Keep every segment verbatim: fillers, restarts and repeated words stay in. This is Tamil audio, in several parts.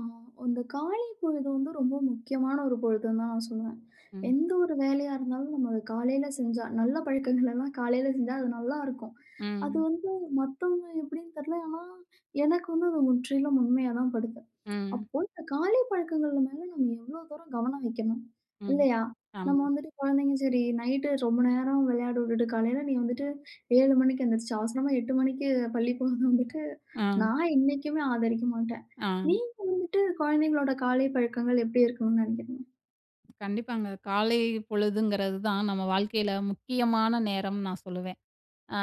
ஆ, அந்த காலை பொழுது வந்து ரொம்ப முக்கியமான ஒரு பொழுதுன்னு தான் நான் சொல்லுவேன். ம். எந்த ஒரு வேலையா இருந்தாலும் நம்ம அத காலையில செஞ்சா நல்ல பழக்கங்கள் எல்லாம் காலையில செஞ்சா அது நல்லாருக்கும். அது ம். வந்து மத்தவங்க எப்படின்னு தெரியல. ஆனா, எனக்கு வந்து அது முற்றிலும் உண்மையா தான் படுது. ம். அப்போ இந்த காலை பழக்கங்கள் மேல நம்ம எவ்வளோ தூரம் கவனம் வைக்கணும் ம். இல்லையா? நம்ம ஆமா. வந்துட்டு குழந்தைங்க சரி நைட்டு ரொம்ப நேரம் விளையாட விட்டுட்டு காலையில நீ வந்துட்டு ஏழு மணிக்கு எந்திரிச்சு அவசரமா எட்டு மணிக்கு பள்ளி போறது வந்துட்டு ஆ, நான் என்னைக்குமே ஆதரிக்க மாட்டேன். ஆ. நீங்க வந்துட்டு குழந்தைங்களோட காலை பழக்கங்கள் எப்படி இருக்கணும்னு நினைக்கிறீங்க? கண்டிப்பாங்க. காலை பொழுதுங்கிறது தான் நம்ம வாழ்க்கையில முக்கியமான நேரம் நான் சொல்லுவேன். ஆ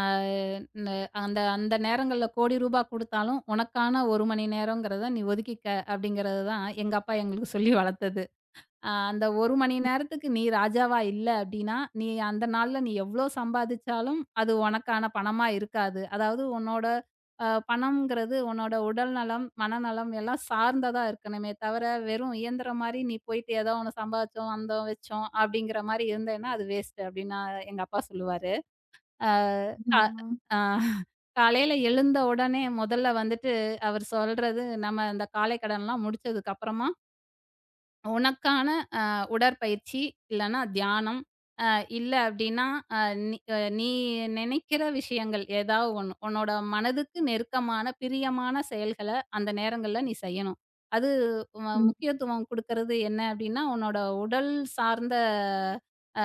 ந அந்த அந்த நேரங்கள்ல கோடி ரூபா குடுத்தாலும், உனக்கான ஒரு மணி நேரங்கிறத நீ ஒதுக்கிக்க அப்படிங்கிறது தான் எங்க அப்பா எங்களுக்கு சொல்லி வளர்த்தது. அ அந்த ஒரு மணி நேரத்துக்கு நீ ராஜாவா இல்ல அப்டின்னா, நீ அந்த நாள்ல நீ எவ்ளோ சம்பாதிச்சாலும், அது உனக்கான பணமா இருக்காது. அதாவது உன்னோட அ பணம்ங்கிறது உன்னோட உடல் நலம், மனநலம் எல்லாம் சார்ந்ததா இருக்கணுமே தவிர, வெறும் இயந்திர மாரி நீ போயிட்டு ஏதோ ஒண்ணு சம்பாதிச்சோம், வந்தோம், வச்சோம் அப்டிங்கிற மாரி இருந்தேன்னா, அது வேஸ்ட்டு அப்டின்னு எங்க அப்பா சொல்லுவாரு. அ ஆ, கா அ காலையில எழுந்த உடனே முதல்ல வந்துட்டு அவர் சொல்றது, நம்ம இந்த காலை கடன்லாம் முடிச்சதுக்கு அப்புறமா, உனக்கான அஹ் உடற்பயிற்சி, இல்லன்னா தியானம், அ இல்ல அப்டின்னா, அ நீ அ நீ நினைக்கிற விஷயங்கள் ஏதாவது ஒண்ணு. உன்னோட மனதுக்கு நெருக்கமான, பிரியமான செயல்கள அந்த நேரங்கள்ல நீ செய்யணும். அது ம ம். முக்கியத்துவம் குடுக்கறது என்ன அப்டின்னா, உன்னோட உடல் சார்ந்த அ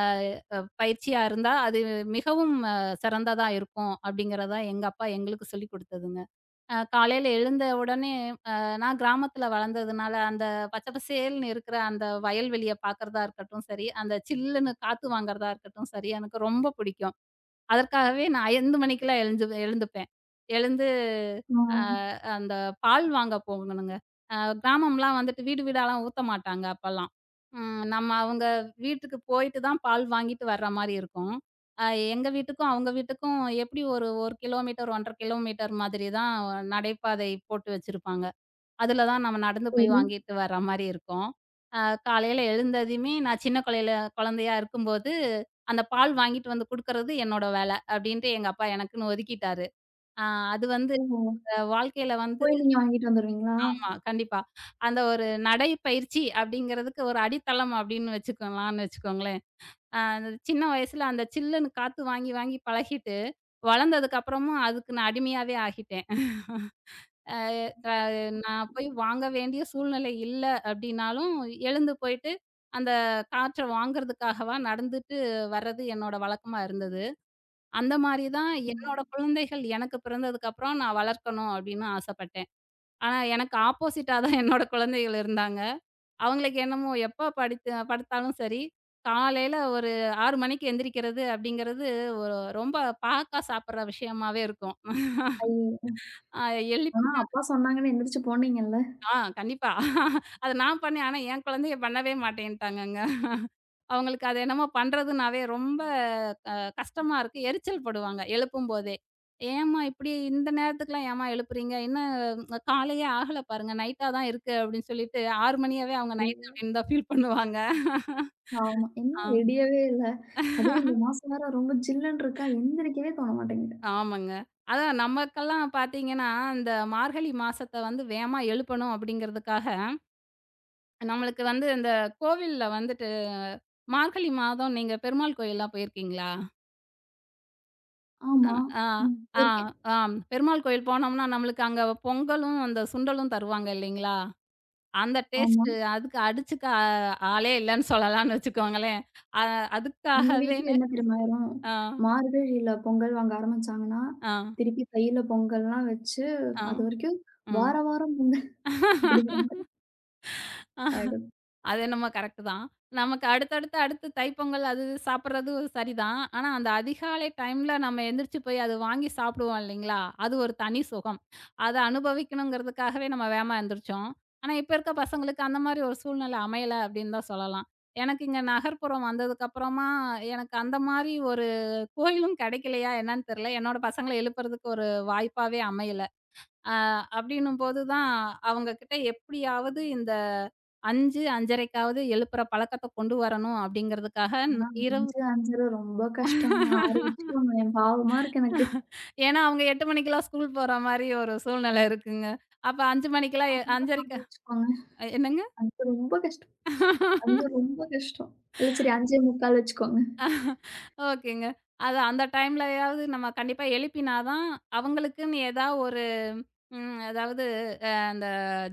அ பயிற்சியா இருந்தா, அது மிகவும் அ சிறந்ததா இருக்கும். அப்டிங்கிறத எங்க அப்பா எங்களுக்கு சொல்லிக் குடுத்ததுங்க. அ காலையில எழுந்த உடனே அ நான் கிராமத்தில வளர்ந்ததுனால, அந்த பச்சை பசேல்னு இருக்கிற அந்த வயல்வெளிய பார்க்கறதா இருக்கட்டும் சரி, அந்த சில்லுன்னு காத்து வாங்குறதா இருக்கட்டும் சரி, எனக்கு ரொம்ப பிடிக்கும். அதற்காகவே நான் ஐந்து மணிக்கெல்லாம் எழுந்து எழுந்துப்பேன். எழுந்து ஆ, அந்த பால் வாங்க போகணுங்க. அ கிராமம்லாம் வந்துட்டு வீடு வீடாலாம் ஊத்த மாட்டாங்க அப்பலாம். ம். நம்ம அவங்க வீட்டுக்கு போயிட்டு தான் பால் வாங்கிட்டு வர்ற மாரி இருக்கும். அ எங்க வீட்டுக்கும், அவங்க வீட்டுக்கும் எப்படி ஒரு 1 கிலோமீட்டர், ஒன்று அரை கிலோமீட்டர் மாதிரி தான் நடைபாதை போட்டு வச்சிருப்பாங்க. அதுல தான் நம்ம நடந்து போய் சரி. வாங்கிட்டு வர்ற மாரி இருக்கும். அ காலையில எழுந்ததுமே நான் சின்ன கொலையில குழந்தையா இருக்கும்போது, அந்த பால் வாங்கிட்டு வந்து குடுக்கறது என்னோட வேல. அப்படின்ட்டு எங்க அப்பா எனக்குன்னு ஒதுக்கிட்டாரு. அ அது வந்து ஓ! அஹ் வாழ்க்கையில வந்து போய் நீங்க வாங்கிட்டு வந்துருவீங்களா? ஆமா, கண்டிப்பா. அந்த ஒரு நடை பயிற்சி அப்படிங்கிறதுக்கு ஒரு அடித்தளம் அப்படின்னு வச்சுக்கலாம்னு வச்சுக்கோங்களேன். அ அந்த சின்ன வயசுல அந்த சில்லுன்னு காத்து வாங்கி, வாங்கி பழகிட்டு, வளர்ந்ததுக்கு அப்புறமும் அதுக்கு நான் அடிமையாவே ஆகிட்டேன். அ த நான் போய் வாங்க வேண்டிய சூழ்நிலை இல்ல அப்படின்னாலும், எழுந்து போயிட்டு அந்த காற்ற வாங்குறதுக்காகவா நடந்துட்டு வர்றது என்னோட வழக்கமா இருந்தது. அந்த மாரி தான் என்னோட ம். குழந்தைகள் எனக்கு பிறந்ததுக்கு அப்புறம் நான் வளர்க்கணும் அப்படின்னு ஆசைப்பட்டேன். ஆனா எனக்கு ஆப்போசிட்டா தான் என்னோட குழந்தைகள் இருந்தாங்க. அவங்களுக்கு என்னமோ எப்ப படித்து படுத்தாலும் சரி, காலையில ஒரு ஆறு மணிக்கு எந்திரிக்கிறது அப்படிங்கிறது ஒரு ரொம்ப பாக்கா சாப்பிடுற விஷயமாவே இருக்கும். ஐயோ! அ எழுப்பி ஆனா அப்பா சொன்னாங்கன்னு எந்திரிச்சு போனீங்கல்ல. ஆ, கண்டிப்பா. அத நான் பண்ணேன். ஆனா என் குழந்தைங்க பண்ணவே மாட்டேன்ட்டாங்கங்க. அவங்களுக்கு அது என்னமோ பண்றதுனாவே ரொம்ப அ கஷ்டமா இருக்கு. எரிச்சல் படுவாங்க எழுப்பும்போதே. "ஏம்மா இப்படி இந்த நேரத்துக்குலாம் ஏம்மா எழுப்புறீங்க? இன்னும் உங்க காலையே ஆகல பாருங்க. நைட்டா தான் இருக்கு" அப்படின்னு சொல்லிட்டு ஆறு மணியாவே அவங்க ஐயோ! நைட் அப்படின்னு தான் ஃபீல் பண்ணுவாங்க. ஆமா. என்ன ஆ. விடியவே இல்ல. அதுவும் இந்த மாசம் வேற ரொம்ப ஜில்லுன்னு இருக்கா, எந்திரிக்கவே தோண மாட்டேங்குது. ஆமாங்க. அதான் நமக்கெல்லாம் பார்த்தீங்கன்னா, இந்த மார்கழி மாசத்த வந்து வேகமா எழுப்பணும் அப்படிங்கிறதுக்காக, நம்மளுக்கு வந்து இந்த கோவில்ல வந்துட்டு மார்கழி மாதம் நீங்க பெருமாள் கோயில்லாம் போயிருக்கீங்களா? அ, ஆமா. ஆ, ம். ஆ, போயிருக்கேன். ஆம். பெருமாள் கோயில் போனோம்னா, நம்மளுக்கு அங்க பொங்கலும், அந்த சுண்டலும் தருவாங்க இல்லைங்களா? அந்த ஆமா. டேஸ்ட்டு அதுக்கு அடிச்சுக்க ஆ ஆளே இல்லன்னு சொல்லலாம்னு வச்சுக்கோங்களேன். அ எங்க வீட்ல அதுக்காகவேன்னு என்ன தெரியுமா ஆயிரும்? ஆ, மார்கழியில பொங்கல் வாங்க ஆரம்பிச்சாங்கன்னா, ஆ, திருப்பி தையில பொங்கல்லாம் வச்சு, ஆ, அதுவரைக்கும் ம். வார வாரம் பொங்கல் அப்படிங்கிற மாரி ஆயிடும். அது என்னமோ கரெக்ட்டு தான். நமக்கு அடுத்தடுத்து அடுத்து தைப்பொங்கல் அது இது சாப்பிடுறது சரிதான். ஆனா, அந்த அதிகாலை டைம்ல நம்ம எந்திரிச்சு போய் அது வாங்கி சாப்பிடுவோம் இல்லைங்களா? அது ஒரு தனி சுகம். அத அனுபவிக்கணுங்கிறதுக்காகவே நம்ம வேகமா எந்திரிச்சோம். ஆனா, இப்ப இருக்க பசங்களுக்கு அந்த மாரி ஒரு சூழ்நிலை அமையல அப்படின்னு தான் சொல்லலாம். எனக்கு இங்க நகர்ப்புறம் வந்ததுக்கப்புறமா, எனக்கு அந்த மாரி ஒரு கோயிலும் கெடைக்கலையா என்னன்னு தெரியல. என்னோட பசங்கள எழுப்புறதுக்கு ஒரு வாய்ப்பாவே அமையல. அ அப்படின்னும்போது தான், அவங்க கிட்ட எப்படியாவது இந்த ஐந்து, 5:30க்காவது எழுப்புற பழக்கத்த கொண்டு வரணும் அப்படிங்கிறதுக்காக ந- ஆனா இரவு ஐந்து, ஐந்து ரொம்ப கஷ்டங்க. ஆறு வச்சுக்கோங்களேன். பாவமா இருக்கு எனக்கு. ஏன்னா அவங்க எட்டு மணிக்கெல்லாம் ஸ்கூல் போற மாரி ஒரு சூழ்நிலை இருக்குங்க. அப்ப ஐந்து மணிக்கெல்லாம் அவங்களும் ஆறு 5:30க்கு வச்சுக்கோங்க. என்னங்க? ஐந்து ரொம்ப கஷ்டம். ஐந்து ரொம்ப கஷ்டம். இல்ல சரி ஐந்தே கால் வச்சுக்கோங்க. ஓகேங்க. அது அந்த டைம்லயாவது நம்ம கண்டிப்பா எழுப்பினா தான், அவங்களுக்குன்னு ஏதாவது ஒரு ம் அதாவது அந்த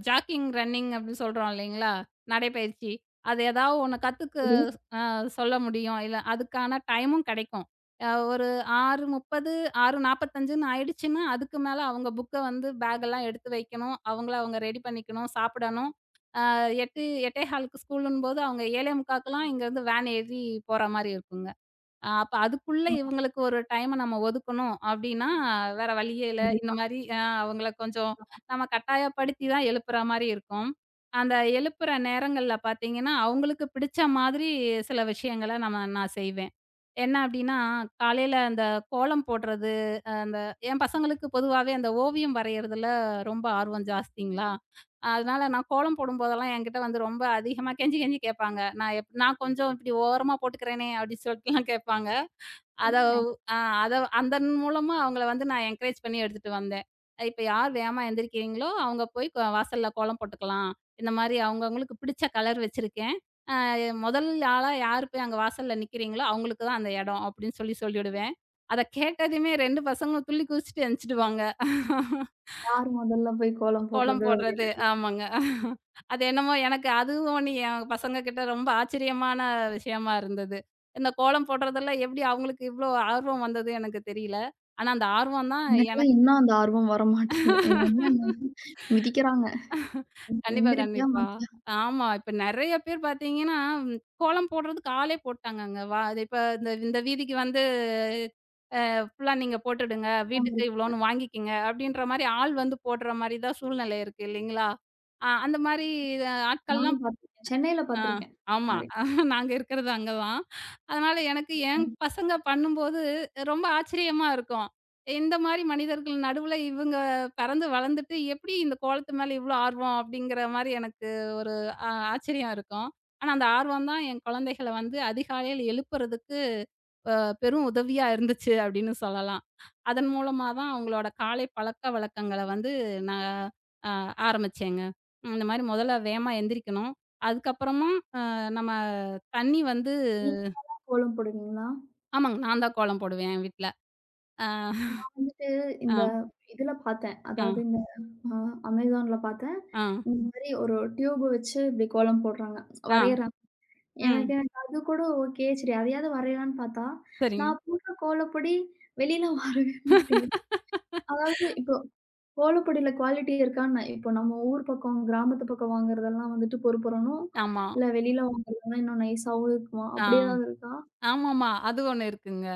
ஜாக்கிங், ரன்னிங் அப்படின்னு சொல்றோம் இல்லைங்களா? நடைப்பயிற்சி. அது ஏதாவது ஒண்ணு கத்துக்க சரி. அ சொல்ல முடியும். இல்ல அதுக்கான டைமும் கிடைக்கும். அ ஒரு ஆறு முப்பது, 6:45ன்னு ஆயிடுச்சுன்னா, அதுக்கு மேல அவங்க புக்க வந்து பேக்கெல்லாம் எடுத்து வைக்கணும். அவங்கள அவங்க ரெடி பண்ணிக்கணும், சாப்பிடணும். அ எட்டு, 8:15க்கு ஸ்கூலுன்னும்போது அவங்க 7:45க்கெல்லாம் இங்கேருந்து வேன் ஏறி போற மாரி இருக்குங்க. அ அப்ப அதுக்குள்ள ஆ இவங்களுக்கு ஒரு டைம நம்ம ஒதுக்கணும் அப்டின்னா, வேற வழியே இல்ல. இந்த கண்டிப்பா. மாரி அ அவங்கள கொஞ்சம் ஆமா. நம்ம கட்டாயப்படுத்தி தான் எழுப்புற மாரி இருக்கும். அந்த எழுப்புற நேரங்கள்ல பார்த்தீங்கன்னா, அவங்களுக்கு பிடிச்ச மாதிரி சில விஷயங்கள நம்ம நான் செய்வேன். என்ன அப்டின்னா, காலையில அந்த கோலம் போடுறது, அஹ் அந்த என் பசங்களுக்கு பொதுவாவே அந்த ஓவியம் வரையறதுல ரொம்ப ஆர்வம் ஜாஸ்திங்களா, அதனால நான் கோலம் போடும்போதெல்லாம் என்கிட்ட வந்து ரொம்ப அதிகமா கெஞ்சி கெஞ்சி கேட்பாங்க. நான் எப் நான் கொஞ்சம் இப்டி ஓரமா போட்டுக்கிறேனே அப்டின்னு சொல்ட்டுலாம் கேட்பாங்க. அத குடும்ப ஆ அத அதன் மூலமா அவங்கள வந்து நான் என்கரேஜ் பண்ணி எடுத்துட்டு வந்தேன். இப்ப யார் வேகமா எந்திரிக்கிறீங்களோ, அவங்க போய் க வாசல்ல கோலம் போட்டுக்கலாம். இந்த மாரி அவங்கவங்களுக்கு பிடிச்ச கலர் வச்சிருக்கேன். அ முதல் ஆளா யார் போய் அங்க வாசல்ல நிக்கிறீங்களோ, அவங்களுக்கு தான் அந்த இடம் அப்படின்னு சொல்லி சொல்லிடுவேன். அத கேட்டதுமே ரெண்டு பசங்களும் துள்ளி குதிச்சுட்டு எந்திச்சிடுவாங்க. யார் முதல்ல போய் கோலம் கோலம் போடுறது போடுறது. அப்படின்னு. ஆமாங்க. அது என்னமோ எனக்கு அதுவும் நீ என் பசங்க கிட்ட ரொம்ப ஆச்சரியமான விஷயமா இருந்தது. இந்த கோலம் போடுறதுல எப்படி அவங்களுக்கு இவ்ளோ ஆர்வம் வந்தது எனக்கு தெரியல. ஆனா அந்த ஆர்வம் தான் எனக்கெல்லாம் எனக்கு இன்னும் அந்த ஆர்வம் வரமாட்டேங்குது. எங்க அம்மா என்ன மிதிக்கிறாங்க. கண்டிப்பா, எந்திரிப்பியா, கண்டிப்பா. மாட்டியா ஆமா. இப்ப நெறைய பேர் பார்த்தீங்கன்னா, கோலம் போடுறதுக்கு ஆளே போட்டாங்கங்க. வா அது இப்ப இந்த இந்த வீதிக்கு வந்து ஃபுல்லா நீங்க போட்டுடுங்க. உட்கார்ந்து வீட்டுக்கு இருக்க. இவ்வளோன்னு வாங்கிக்கங்க. அப்படின்ற மாரி ஆள் வந்து போடுற மாரி தான் சூழ்நிலை இருக்கு இல்லைங்களா? அ அந்த மாரி ஆட்கள்லாம் நானும் பார்த்துருக்கேன். சென்னையில ஆ. பார்த்துருக்கேன். இந்த ஆமா. மாரி. நாங்க இருக்கிறது அங்க தான். அதனால எனக்கு என் பசங்க பண்ணும்போது ரொம்ப ஆச்சரியமா இருக்கும். இந்த மாரி மனிதர்கள் நடுவுல இவங்க பிறந்து வளர்ந்துட்டு எப்படி இந்த கோலத்து மேல இவ்ளோ ஆர்வம் அப்படிங்கிற மாரி எனக்கு ஒரு ஆ ஆச்சரியம் இருக்கும். ஆனா அந்த ஆர்வம் தான் என் குழந்தைகள வந்து அதிகாலையில் எழுப்புறதுக்கு அ பெரும் உதவியா இருந்துச்சு அப்படின்னு சொல்லலாம். அதன் மூலமா தான் அவங்களோட காலை பழக்கவழக்கங்கள வந்து நான் அ ஆரம்பிச்சேங்க. உம். இந்த மாரி முதல்ல வேகமா எந்திரிக்கணும். அதுக்கப்புறமா அ நம்ம தண்ணி வந்து நீங்க கோலம் போடுவீங்களா? ஆமாங்க. நான் தான் கோலம் போடுவேன் என் வீட்ல. அ, நான் வந்துட்டு அ, இந்த இதுல பார்த்தேன். அ, அதாவது இந்த அ அமேசான்ல பார்த்தேன். அ, இந்த மாரி ஒரு டியூப் வச்சு இப்படி கோலம் போடுறாங்க. அ, வரையறாங்க. எனக்கு ம். எனக்கு அது கூட ஓகே. சரி அதையாவது வரையலாம்ன்னு பார்த்தா, சரிங்க. நான் போடுற கோலப்பொடி வெளியில வரவே மாட்டேங்குது. அதாவது இப்போ ஓலப்பொடியில குவாலிட்டி இருக்கான்னு. இப்போ நம்ம ஊர் பக்கம், கிராமத்து பக்கம் வாங்குறதெல்லாம் வந்துட்டு பொறு பொறுன்னும். ஆமா. இல்ல வெளியில வாங்குறதெல்லாம் இன்னும் நைஸாவும் இருக்குமா? ஆ. அப்படி ஏதாவது இருக்கா? ஆமாமா. அது ஒண்ணு இருக்குங்க.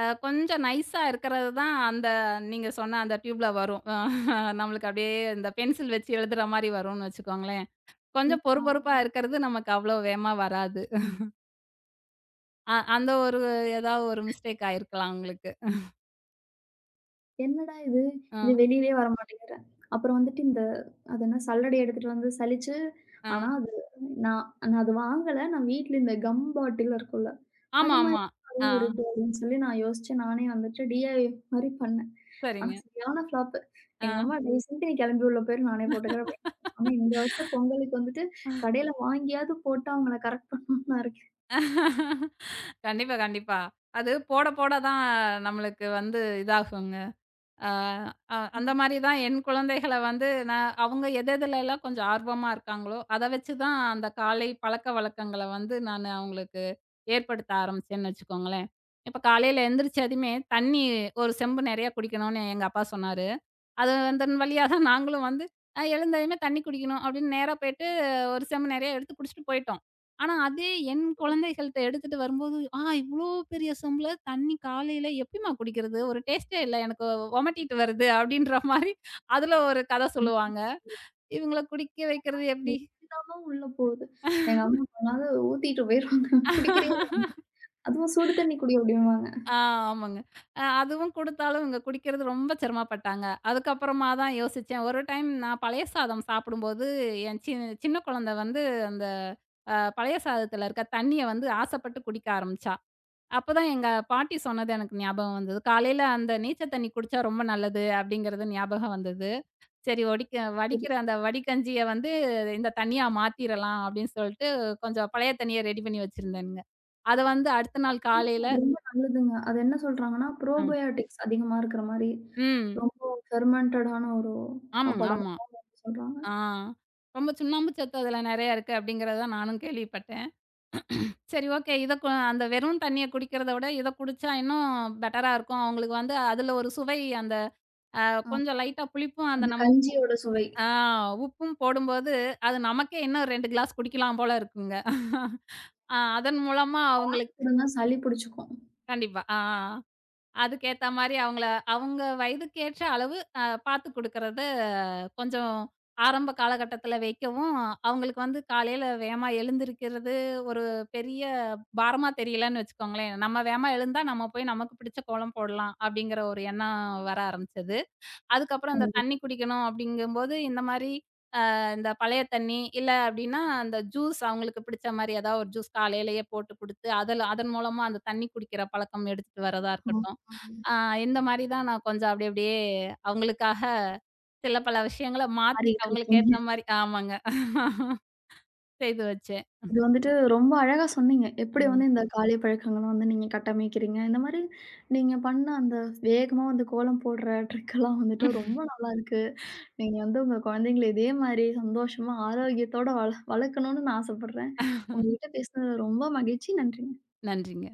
அ கொஞ்சம் நைஸா இருக்கிறது தான் அந்த நீங்க சொன்ன அந்த டியூப்ல வரும். அஹ் நம்மளுக்கு அப்படியே இந்த பென்சில் வச்சு எழுதுற மாரி வரும்னு வச்சுக்கோங்களேன். ம். கொஞ்சம் பொறு ஆ. பொறுப்பா இருக்கிறது நமக்கு அவ்வளோ வேகமா வராது. அ அந்த ஒரு ஏதாவது ஒரு மிஸ்டேக் ஆயிருக்கலாம் உங்களுக்கு. என்னடா இது! அ, இது வெளியிலயே வரமாட்டேங்கிற. அப்புறம் வந்துட்டு இந்த அது என்ன சல்லடை எடுத்துட்டு வந்து சலிச்சு, ஆனா அ. அது நான் நான் அது வாங்கல. நான் வீட்ல இந்த கம் பாட்டில் இருக்கும்ல, ஆமா, அது மாதிரி ஆமா. ஆ அதுவும் இருக்கு அப்படின்னு சொல்லி நான் யோசிச்சு நானே வந்துட்டு டிஐஒய் மாரி பண்ணேன். ஆனா சரிங்க. சரியான ஃப்ளாப்பு. ஆ. எங்க அம்மா தயவு செஞ்சு நீ கிளம்பி உள்ள போயிரு நானே போட்டுக்கிறேன் அப்படின்ட்டாங்க. ஆனா இந்த வருஷம் பொங்கலுக்கு வந்துட்டு கடையில வாங்கியாவது போட்டு அவங்கள கரெக்ட் பண்ணணும்னு நான் இருக்கேன். கண்டிப்பா, கண்டிப்பா. அது போட போட தான் நம்மளுக்கு வந்து இதாகுங்க. அ அ அந்த ம். மாரி தான் என் குழந்தைகள வந்து நான் அவங்க எது எதுலலாம் கொஞ்சம் ஆர்வமா இருக்காங்களோ, அத வச்சு தான் அந்த காலை பழக்கவழக்கங்கள வந்து நானு அவங்களுக்கு ஏற்படுத்த ஆரம்பிச்சேன்னு வச்சுக்கோங்களேன். இப்ப காலையில எந்திரிச்சதுமே தண்ணி ஒரு செம்பு நெறைய குடிக்கணும்னு எங்க அப்பா சொன்னாரு. அது அதன் வழியா தான் நாங்களும் வந்து அ எழுந்ததுமே தண்ணி குடிக்கணும் அப்படின்னு நேரா போயிட்டு ஒரு செம்பு நெறையா எடுத்து குடிச்சுட்டு போயிட்டோம். ஆனா, அதே என் குழந்தைகள்ட்ட எடுத்துட்டு வரும்போது, "ஆ இவ்ளோ பெரிய செம்புல தண்ணி காலையில எப்படிம்மா குடிக்கிறது? ஒரு டேஸ்ட்டே இல்ல. எனக்கு வொமிட்டிட்டு வருது." அப்படின்ற மாரி அதுல ஒரு கதை ம். சொல்லுவாங்க. இவங்கள குடிக்க வைக்கிறது எப்படி? உள்ள போகுது. எங்க அம்மா எங்கனாவது ஊத்திட்டு போயிருவாங்க. குடிக்கிறியா? அதுவும் சுடு தண்ணி குடி அப்படிம்பாங்க. ஆ ஆமாங்க. அ அதுவும் குடுத்தாலும் இவங்க குடிக்கிறது ரொம்ப சிரமப்பட்டாங்க. அதுக்கப்புறமா தான் யோசிச்சேன். ஒரு டைம் நான் பழைய சாதம் சாப்பிடும்போது, என் சி சின்ன குழந்தை வந்து அந்த அ பழைய சாதத்துல இருக்க தண்ணீய வந்து ஆசைப்பட்டு குடிக்க ஆரம்பிச்சா. அப்பதான் எங்க பாட்டி சொன்னது எனக்கு ஞாபகம் வந்தது. "காலையில அந்த நீச்ச தண்ணீ குடிச்சா ரொம்ப நல்லது" அப்படிங்கிறது ஞாபகம் வந்தது. சரி ஒடிக்க சரி. வடிக்கிற அந்த வடிகஞ்சிய வந்து இந்த தண்ணியா மாத்திரலாம் அப்படின்னு சொல்லிட்டு, கொஞ்சம் பழைய தண்ணிய ரெடி பண்ணி வச்சிருந்தேனுங்க. அத வந்து அடுத்த நாள் ஆனா காலையில அது ரொம்ப நல்லதுங்க. அது என்ன சொல்றாங்கன்னா, அ ப்ரோபயாட்டிக்ஸ் அதிகமா இருக்கிற மாரி, ம். ரொம்ப ஃபெர்மென்டடான ஒரு ஆமாங்க, சாப்பாடா ஆமா. இருக்கும் வந்து சொல்றாங்க. ஆ. ரொம்ப சுண்ணாம்பு சத்து அதுல நெறையா இருக்கு அப்படிங்கிறத நானும் கேள்விப்பட்டேன். சரி ஓகே. இத கு அந்த வெறும் தண்ணிய குடிக்கிறத விட இத குடிச்சா இன்னும் பெட்டரா இருக்கும். அவங்களுக்கு வந்து அதுல ஒரு சுவை அந்த அ ஆ கொஞ்சம் லைட்டா புளிப்பும் அந்த அந்த நம்ம உப் கஞ்சியோட சுவை. ஆ உப்பும் போடும்போது, அது நமக்கே இன்னும் ரெண்டு கிளாஸ் குடிக்கலாம் போல இருக்குங்க. ஆ அதன் மூலமா அவங்களுக்கு அப்படின்னா சளி பிடிச்சுக்கும். கண்டிப்பா. ஆ. அதுக்கேத்த மாரி அவங்கள அவங்க வயதுக்கேற்ற அளவு அ பார்த்து குடுக்கறத கொஞ்சம் ஆரம்ப காலகட்டத்தில வைக்கவும், அவங்களுக்கு வந்து காலையில வேகமா எழுந்திரிக்கிறது ஒரு பெரிய பாரமா தெரியலன்னு வச்சுக்கோங்களேன். நம்ம வேகமா எழுந்தா நம்ம போய் நமக்கு பிடிச்ச கோலம் போடலாம் அப்படிங்கிற ஒரு எண்ணம் வர ஆரம்பிச்சது. அதுக்கப்புறம் இந்த தண்ணி கண்டிப்பா. குடிக்கணும் அப்படிங்கும்போது இந்த மாரி அ இந்த பழைய தண்ணி, இல்ல அப்படின்னா அந்த ஜூஸ் அவங்களுக்கு பிடிச்ச மாரி ஏதாவது ஒரு ஜூஸ் காலையிலேயே போட்டு குடுத்து, அதுல அதன் மூலமா அந்த தண்ணி குடிக்கிற பழக்கம் எடுத்துட்டு வரதா ஆ, இருக்கட்டும். ஆ ஆ இந்த மாரி தான் நான் கொஞ்சம் அப்டி அப்டியே அவங்களுக்காக சில பல விஷயங்கள மாத்தி, மாறிட்டு அவங்களுக்கு இருக்கும். ஏத்த மாரி ஆமாங்க. செய்து வச்சேன். இது வந்துட்டு ரொம்ப அழகா சொன்னீங்க. எப்படி ம். வந்து இந்த ம். காலை பழக்கங்கள வந்து நீங்க கட்டமைக்கிறீங்க? இந்த மாரி நீங்க பண்ண அந்த வேகமா வந்து கோலம் போடுற ட்ரிக்கெல்லாம் வந்துட்டு ரொம்ப நல்லாருக்கு. நீங்க வந்து உங்க குழந்தைங்கள இதே மாரி சந்தோஷமா, ஆரோக்கியத்தோட வள வளர்க்கணும்னு நான் ஆசைப்படுறேன். உங்ககிட்ட பேசுனது ரொம்ப மகிழ்ச்சி. நன்றி. நன்றிங்க.